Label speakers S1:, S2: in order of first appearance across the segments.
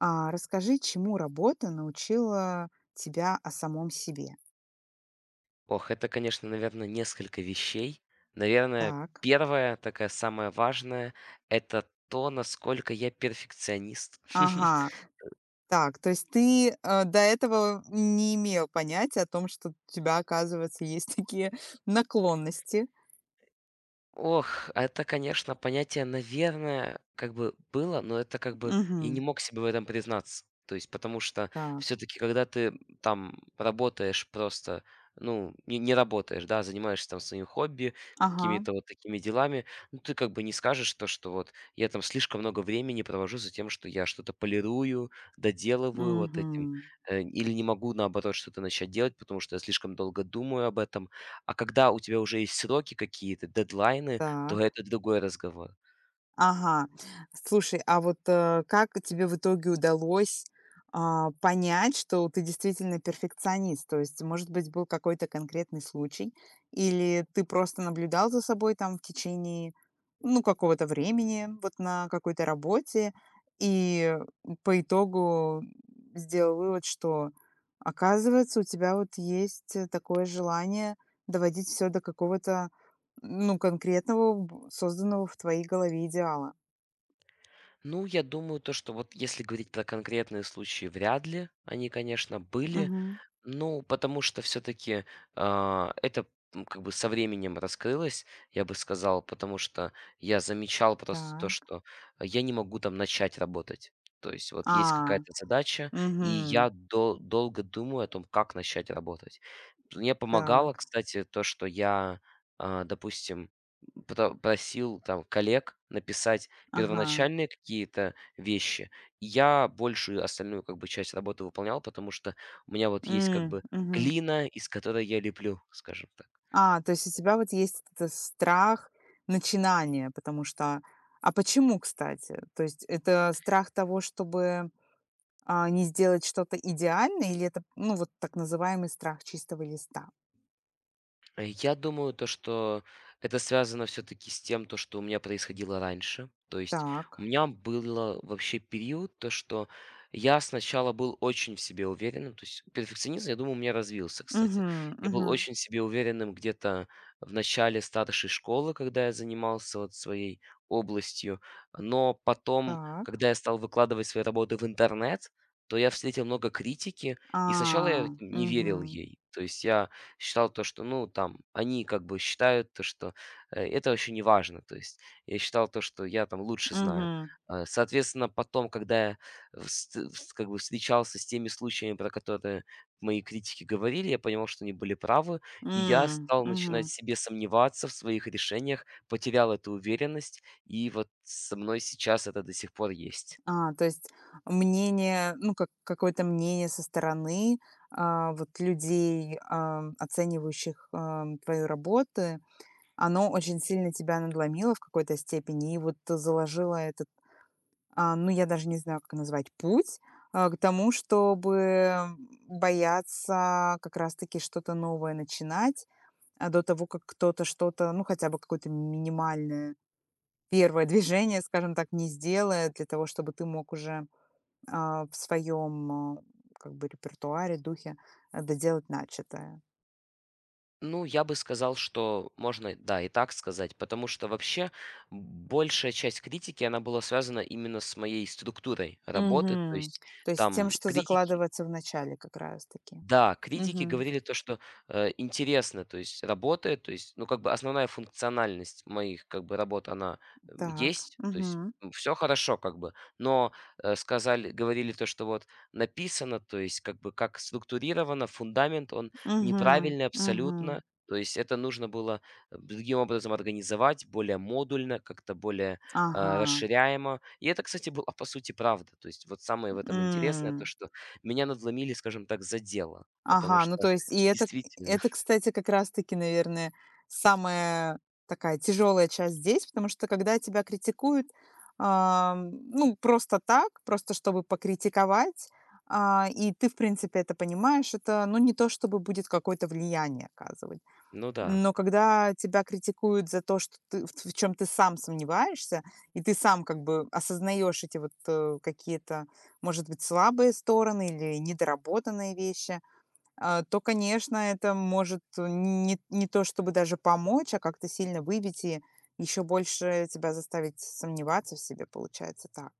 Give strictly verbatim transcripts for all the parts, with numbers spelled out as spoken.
S1: А, расскажи, чему работа научила тебя о самом себе?
S2: Ох, это, конечно, наверное, несколько вещей. Наверное,
S1: Так.
S2: первая, такая самая важная, это то, насколько я перфекционист.
S1: Ага. Так, то есть ты, э, до этого не имел понятия о том, что у тебя, оказывается, есть такие наклонности.
S2: Ох, это, конечно, понятие, наверное, как бы было, но это как бы я не
S1: Мгм.
S2: мог себе в этом признаться. То есть, потому что
S1: Так.
S2: все-таки, когда ты там работаешь просто, ну, не, не работаешь, да, занимаешься там своим хобби,
S1: Ага.
S2: какими-то вот такими делами, ну, ты как бы не скажешь то, что вот я там слишком много времени провожу за тем, что я что-то полирую, доделываю вот этим,
S1: Угу.
S2: э, или не могу, наоборот, что-то начать делать, потому что я слишком долго думаю об этом. А когда у тебя уже есть сроки какие-то, дедлайны, то
S1: Так.
S2: это другой разговор.
S1: Ага. Слушай, а вот, э, как тебе в итоге удалось, а, понять, что ты действительно перфекционист? То есть, может быть, был какой-то конкретный случай, или ты просто наблюдал за собой там в течение, ну, какого-то времени, вот на какой-то работе, и по итогу сделал вывод, что, оказывается, у тебя вот есть э, такое желание доводить все до какого-то, ну, конкретного, б созданного в твоей голове идеала?
S2: Ну, я думаю, то, что вот если говорить про конкретные случаи, вряд ли. Они, конечно, были.
S1: Мгм.
S2: Ну, потому что все таки это, м, как бы со временем раскрылось, я бы сказал, потому что я замечал просто то,
S1: Так.
S2: что я не могу там начать работать. То есть вот есть
S1: А,
S2: какая-то задача, и
S1: мгм.
S2: я дол долго думаю о том, как начать работать. Мне помогало,
S1: Так.
S2: кстати, то, что я, а, допустим, про просил там коллег написать
S1: Ага.
S2: первоначальные какие-то вещи. И я большую остальную как бы часть работы выполнял, потому что у меня вот есть как
S1: М,
S2: бы
S1: мгм.
S2: глина, из которой я леплю, скажем так.
S1: А, то есть у тебя вот есть вот этот страх начинания, потому что. А почему, кстати? То есть это страх того, чтобы, а, не сделать что-то идеальное или это, ну, вот так называемый страх чистого листа?
S2: Э, я думаю, то, что это связано все таки с тем, то, что у меня происходило раньше. То есть у
S1: Так.
S2: меня было вообще период, то, что я сначала был очень в себе уверенным. То есть перфекционизм, я думаю, у меня развился, кстати.
S1: Мгм,
S2: Я был
S1: мгм.
S2: очень в себе уверенным где-то в начале старшей школы, когда я занимался вот своей областью. Но потом,
S1: Так.
S2: когда я стал выкладывать свои работы в интернет, то я встретил много критики, и сначала я
S1: А,
S2: не верил
S1: угу,
S2: ей. То есть я считал то, что, ну, там, они как бы считают то, что э, это вообще не важно. То есть я считал то, что я там лучше знаю.
S1: угу,
S2: Э, Соответственно, потом, когда я вс- вс- как бы встречался с теми случаями, про которые мои критики говорили, я понимал, что они были правы, и я стал начинать
S1: угу.
S2: в себе сомневаться в своих решениях, потерял эту уверенность, и вот со мной сейчас это до сих пор есть.
S1: А, то есть мнение, ну, как какое-то мнение со стороны, а, вот людей, ам, оценивающих, ам, твои работы, оно очень сильно тебя надломило в какой-то степени и вот заложило этот, а, ну, я даже не знаю, как назвать, путь, а, к тому, чтобы бояться как раз-таки что-то новое начинать, а, до того, как кто-то что-то, ну, хотя бы какое-то минимальное первое движение, скажем так, не сделает для того, чтобы ты мог уже а, в своем, а, как бы, репертуаре, духе, а, доделать начатое.
S2: Ну, я бы сказал, что можно, да, и так сказать, потому что вообще большая часть критики, она была связана именно с моей структурой работы, то
S1: Мгм.
S2: есть
S1: То есть тем,
S2: там
S1: что
S2: критики
S1: закладывается в начале как раз-таки.
S2: да, критики
S1: Мгм.
S2: говорили то, что, э, интересно, то есть работает, то есть, ну, как бы основная функциональность моих, как бы, работ, она, м,
S1: Так.
S2: есть, то есть,
S1: Мгм.
S2: все хорошо, как бы. Но, э, сказали говорили то, что вот написано, то есть, как бы, как структурировано, фундамент, он
S1: Мгм.
S2: неправильный
S1: Мгм.
S2: абсолютно. То есть это нужно было, э, другим образом организовать, более модульно, как-то более,
S1: Ага.
S2: э, расширяемо. И это, кстати, была, по сути, правда. То есть вот самое в этом интересное, то
S1: М.
S2: что меня надломили, скажем так, за дело, потому
S1: Ага, ну
S2: что
S1: то есть и это
S2: действительно.
S1: это, кстати, как раз таки, наверное, самая такая тяжелая часть здесь, потому что когда тебя критикуют, ам, ну, просто так, просто чтобы покритиковать, а, и ты, в принципе, это понимаешь, это, ну, не то чтобы будет какое-то влияние оказывать.
S2: Ну да,
S1: Но когда тебя критикуют за то, что ты, в, в чем ты сам сомневаешься, и ты сам как бы осознаешь эти вот э, какие-то, может быть, слабые стороны или недоработанные вещи, а, то, конечно, это может э, не не то чтобы даже помочь, а как-то сильно выбить и еще больше тебя заставить сомневаться в себе, получается так.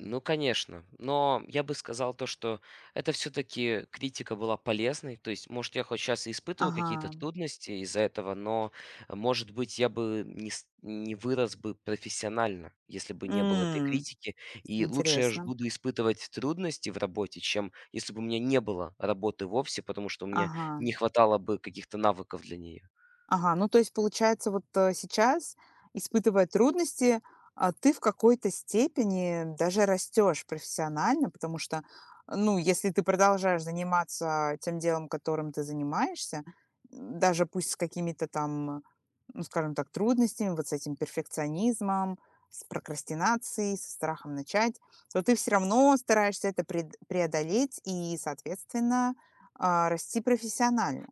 S2: ну конечно. Но я бы сказал то, что это все-таки критика была полезной. То есть, может, я хоть сейчас и испытываю какие-то
S1: Ага,
S2: трудности из-за этого, но, э, может быть, я бы не, с- не вырос бы профессионально, если бы не было этой
S1: м,
S2: критики. И лучше я ж
S1: интересно.
S2: буду испытывать трудности в работе, чем если бы у меня не было работы вовсе, потому что мне
S1: Ага.
S2: не хватало бы каких-то навыков для нее.
S1: Ага, ну, то есть, получается, вот, э, сейчас, испытывая трудности, а, ты в какой-то степени даже растёшь профессионально, потому что, ну, если ты продолжаешь заниматься тем делом, которым ты занимаешься, м, даже пусть с какими-то там, ну, скажем так, трудностями, вот с этим перфекционизмом, с прокрастинацией, со страхом начать, то ты все равно стараешься это пред преодолеть и, соответственно, а, расти профессионально.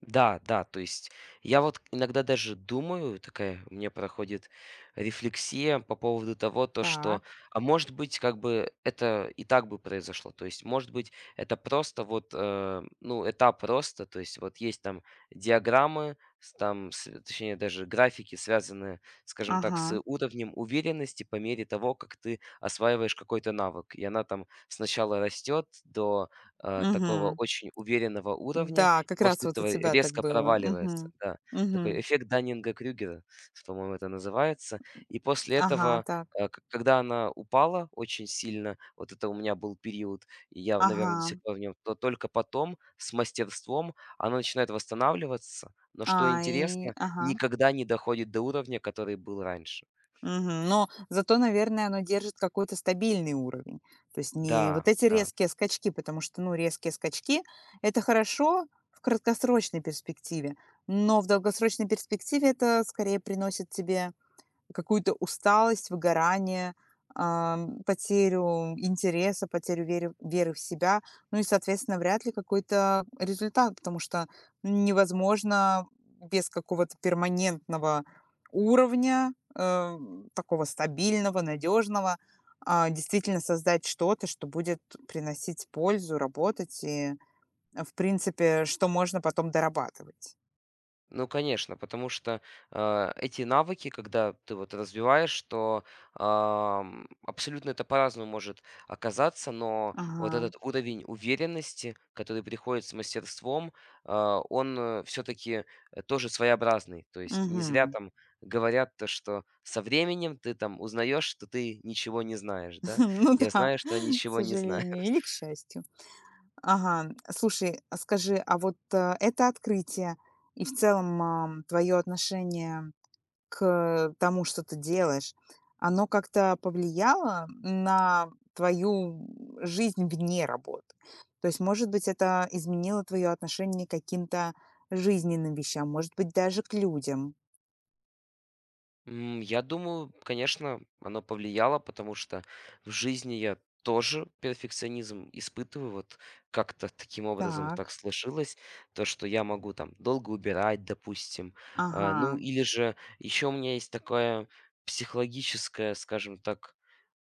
S2: Да, да, то есть я вот иногда даже думаю, такая у меня проходит рефлексия по поводу того, то что,
S1: Так.
S2: а может быть, как бы это и так бы произошло, то есть, может быть, это просто вот, э, ну, этап роста, то есть вот есть там диаграммы, с- там, с- точнее, даже графики, связанные, скажем так, с
S1: Ага.
S2: уровнем уверенности по мере того, как ты осваиваешь какой-то навык, и она там сначала растет до э, такого
S1: Мгм.
S2: очень уверенного уровня.
S1: Да, как раз
S2: После
S1: вот у
S2: этого
S1: тебя так
S2: резко
S1: было.
S2: проваливается,
S1: Мгм.
S2: да. Такой
S1: Мгм.
S2: эффект Даннинга-Крюгера, по-моему, это называется. И после
S1: Ага,
S2: этого,
S1: так.
S2: э, к когда она упала очень сильно, вот это у меня был период, и я,
S1: Ага.
S2: наверное, до сих пор в нем. То только потом с мастерством она начинает восстанавливаться, но,
S1: А,
S2: что
S1: и
S2: интересно,
S1: ага.
S2: никогда не доходит до уровня, который был раньше.
S1: Мгм. Но зато, наверное, оно держит какой-то стабильный уровень. То есть не
S2: Да,
S1: вот эти
S2: да.
S1: резкие скачки, потому что, ну, резкие скачки- это хорошо в краткосрочной перспективе, но в долгосрочной перспективе это скорее приносит тебе какую-то усталость, выгорание, ам, потерю интереса, потерю веры веры в себя. Ну и, соответственно, вряд ли какой-то результат, потому что невозможно без какого-то перманентного уровня, э, такого стабильного, надежного, а, действительно создать что-то, что будет приносить пользу, работать и, э, в принципе, что можно потом дорабатывать.
S2: Ну, конечно, потому что, а, эти навыки, когда ты вот развиваешь, то, ам, абсолютно это по-разному может оказаться, но вот
S1: Ага.
S2: этот уровень уверенности, который приходит с мастерством, а, он, все таки тоже своеобразный. То есть не зря
S1: Мгм.
S2: там говорят то, что со временем ты там узнаешь, что ты ничего не знаешь, да.
S1: Ну
S2: Я
S1: да,
S2: знаю, что я
S1: к
S2: ничего не знаю.
S1: сожалению или к счастью. Ага, слушай, а скажи, а вот, э, это открытие и в целом, твое отношение к тому, что ты делаешь, оно как-то повлияло на твою жизнь вне работы? То есть, может быть, это изменило твоё отношение к каким-то жизненным вещам, может быть, даже к людям?
S2: М, я думаю, конечно, оно повлияло, потому что в жизни я тоже перфекционизм испытываю. Вот как-то таким образом
S1: Так,
S2: так сложилось, то, что я могу там долго убирать, допустим. А, ну,
S1: ага,
S2: или же еще у меня есть такое психологическое, скажем так,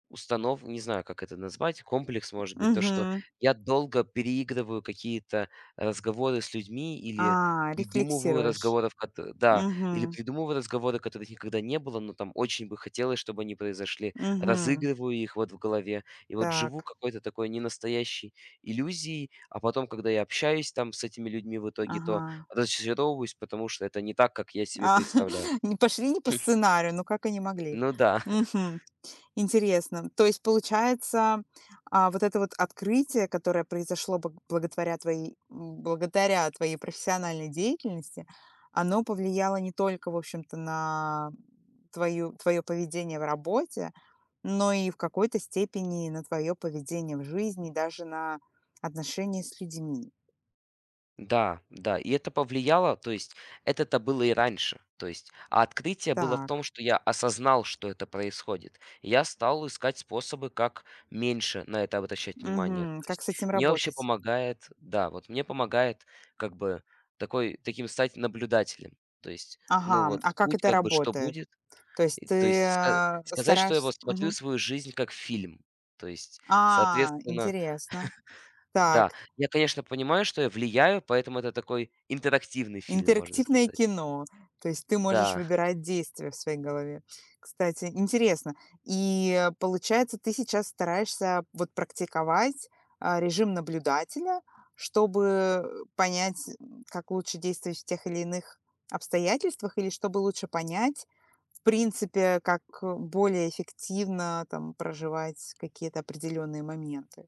S2: Установ не знаю, как это назвать, комплекс, может быть, то, что
S1: угу.
S2: я долго переигрываю какие-то разговоры с людьми или
S1: А,
S2: придумываю
S1: рефлексируешь.
S2: разговоров, кото да, или
S1: Угу.
S2: придумываю разговоры, которых никогда не было, но там очень бы хотелось, чтобы они произошли.
S1: Угу.
S2: Разыгрываю их вот в голове и вот живу
S1: Так,
S2: какой-то такой ненастоящей иллюзией, а потом, когда я общаюсь там с этими людьми в итоге,
S1: ага.
S2: то разочаровываюсь, потому что это не так, как я себе
S1: А,
S2: представлял.
S1: не пошли не по сценарию, ну как они могли?
S2: Ну да.
S1: Мгм. Интересно. То есть получается, а, вот это вот открытие, которое произошло бог благотворя твоей м, благодаря твоей профессиональной деятельности, оно повлияло не только, в общем-то, на твою твое поведение в работе, но и в какой-то степени на твое поведение в жизни, даже на отношения с людьми.
S2: Да, да, и это повлияло, то есть это-то было и раньше. То есть, а открытие было в
S1: Так,
S2: том, что я осознал, что это происходит. Я стал искать способы, как меньше на это обращать внимание.
S1: мгм.
S2: То
S1: Как
S2: есть
S1: с этим
S2: мне вообще
S1: работать?
S2: помогает, да, вот мне помогает как бы такой, таким стать наблюдателем. То есть, ну
S1: Ага,
S2: вот,
S1: а как
S2: будь
S1: это
S2: как бы что
S1: работает?
S2: будет.
S1: То есть
S2: И То
S1: ты
S2: есть ска-
S1: э,
S2: сказать, что я
S1: стараешься.
S2: вот смотрю
S1: Мгм.
S2: свою жизнь как фильм. То есть,
S1: А,
S2: соответственно,
S1: интересно.
S2: да,
S1: Так,
S2: я, конечно, понимаю, что я влияю, поэтому это такой интерактивный фильм, можно
S1: интерактивное
S2: сказать.
S1: кино. То есть ты можешь
S2: Да.
S1: выбирать действия в своей голове. Кстати, интересно. И э, получается, ты сейчас стараешься вот практиковать, а, режим наблюдателя, чтобы понять, м, как лучше действовать в тех или иных обстоятельствах, или чтобы лучше понять, в принципе, как более эффективно там проживать какие-то определенные моменты.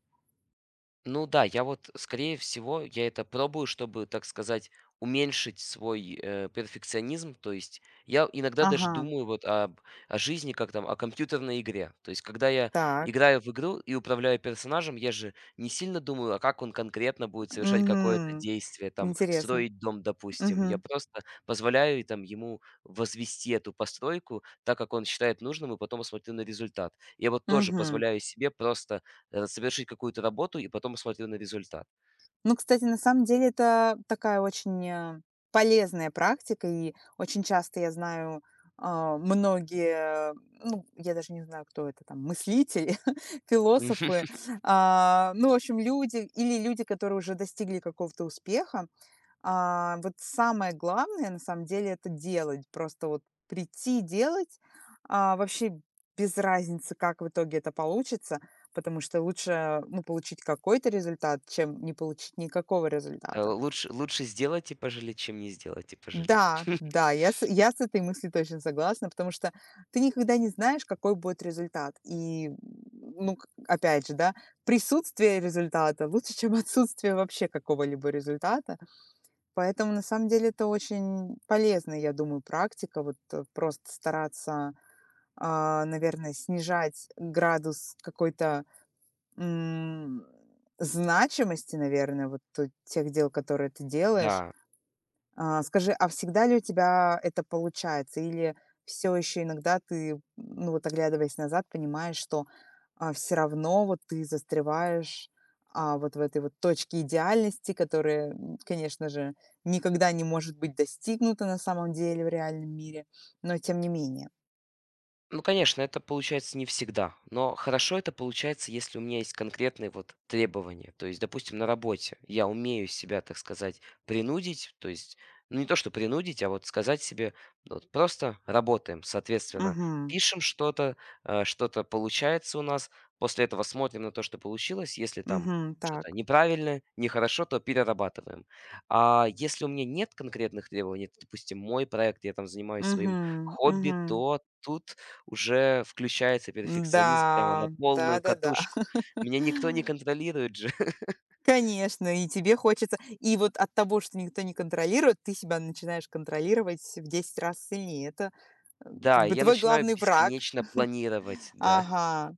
S2: Ну да, я вот, скорее всего, я это пробую, чтобы, так сказать, уменьшить свой э, перфекционизм. То есть я иногда даже
S1: Ага.
S2: думаю вот об, о жизни, как там, о компьютерной игре. То есть когда я
S1: Так.
S2: играю в игру и управляю персонажем, я же не сильно думаю, а как он конкретно будет совершать какое-то
S1: Мгм.
S2: действие, там,
S1: Интересно.
S2: строить дом, допустим. Я
S1: Мгм.
S2: просто позволяю и, там, ему возвести эту постройку так, как он считает нужным, и потом смотрю на результат. Я вот тоже
S1: Мгм.
S2: позволяю себе просто э, совершить какую-то работу, и потом смотрю на результат.
S1: Ну, кстати, на самом деле это такая очень, э, полезная практика, и очень часто я знаю, а, многие, ну, я даже не знаю, кто это там, мыслители, философы, а, ну, в общем, люди или люди, которые уже достигли какого-то успеха. А, вот самое главное, на самом деле, это делать. Просто вот прийти и делать. А, вообще без разницы, как в итоге это получится, потому что лучше, ну, получить какой-то результат, чем не получить никакого
S2: Э,
S1: результата.
S2: лучше лучше сделать и пожалеть, чем не сделать и пожалеть.
S1: Да, да, я с, я с этой мыслью точно согласна, потому что ты никогда не знаешь, какой будет результат. И, ну, к- опять же, да, присутствие результата лучше, чем отсутствие вообще какого-либо результата. Поэтому на самом деле это очень полезная, я думаю, практика. Вот, э, просто стараться, а, наверное, снижать градус какой-то, м, значимости, наверное, вот, э, тех дел, которые ты делаешь.
S2: Да.
S1: А, скажи, а всегда ли у тебя это получается? Или все еще иногда ты, ну, вот оглядываясь назад, понимаешь, что, все равно вот ты застреваешь, а, вот в этой вот точке идеальности, которая, м, конечно же, никогда не может быть достигнута на самом деле в реальном мире, но тем не менее.
S2: Ну, конечно, это получается не всегда, но хорошо это получается, если у меня есть конкретные вот требования. То есть, допустим, на работе я умею себя, так сказать, принудить, то есть, ну не то, что принудить, а вот сказать себе, ну, вот просто работаем, соответственно,
S1: Угу,
S2: пишем что-то, э, что-то получается у нас, после этого смотрим на то, что получилось, если там
S1: угу. Так.
S2: что-то неправильное, нехорошо, то перерабатываем. А если у меня нет конкретных требований, допустим, мой проект, я там занимаюсь
S1: Угу,
S2: своим хобби,
S1: угу.
S2: то тут уже включается перфекционизм прямо на
S1: Да, да.
S2: полную катушку.
S1: Да-да-да.
S2: Меня никто не контролирует же.
S1: Конечно, и тебе хочется. И вот от того, что никто не контролирует, ты себя начинаешь контролировать в десять раз сильнее. Это, э, как
S2: Да,
S1: бы
S2: я
S1: твой
S2: начинаю
S1: главный враг.
S2: бесконечно планировать, да.
S1: Ага.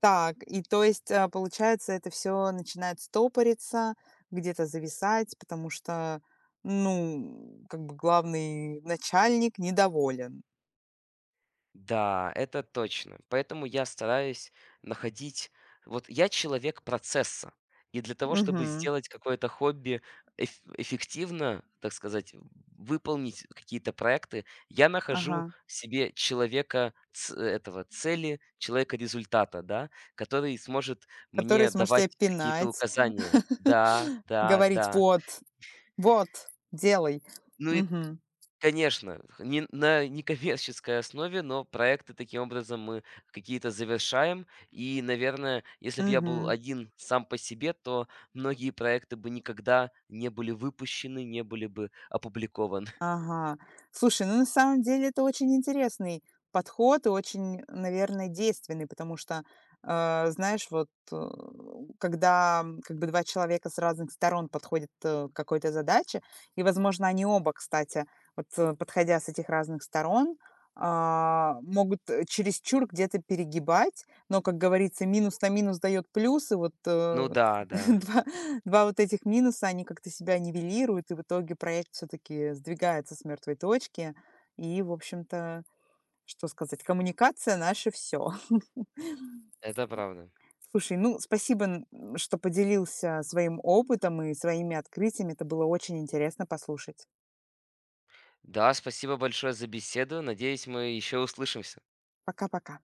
S1: Так, и то есть, а, получается, это все начинает стопориться, где-то зависать, потому что, ну, как бы главный начальник недоволен.
S2: Да, это точно. Поэтому я стараюсь находить вот я человек процесса. И для того, чтобы
S1: Мгм.
S2: сделать какое-то хобби эф- эффективно, так сказать, выполнить какие-то проекты, я нахожу
S1: Ага.
S2: в себе человека ц- этого цели, человека результата, да, который сможет
S1: Который
S2: мне
S1: сможет
S2: давать
S1: тебя
S2: какие-то
S1: пинать,
S2: указания. Да, да,
S1: говорить:
S2: да.
S1: «Вот, вот, делай».
S2: Ну и
S1: Мгм.
S2: конечно, х не на некоммерческой основе, но проекты таким образом мы какие-то завершаем. И, наверное, если бы я был
S1: Мгм.
S2: один сам по себе, то многие проекты бы никогда не были выпущены, не были бы опубликованы.
S1: Ага. Слушай, ну на самом деле это очень интересный подход и очень, наверное, действенный, потому что, э, знаешь, вот э, когда м, как бы два человека с разных сторон подходят э, к какой-то задаче, и, возможно, они оба, кстати, вот э, подходя с этих разных сторон, а, могут э, чересчур где-то перегибать, но, как говорится, минус на минус дает плюс, и вот
S2: Ну
S1: э,
S2: да, да,
S1: два, Два вот этих минуса, они как-то себя нивелируют, и в итоге проект все-таки сдвигается с мертвой точки. И, в общем-то, что сказать, коммуникация наше все.
S2: это правда.
S1: Слушай, ну, спасибо, н- м, что поделился своим опытом и своими открытиями. Это было очень интересно послушать.
S2: Да, спасибо большое за беседу. Надеюсь, мы еще услышимся.
S1: Пока-пока.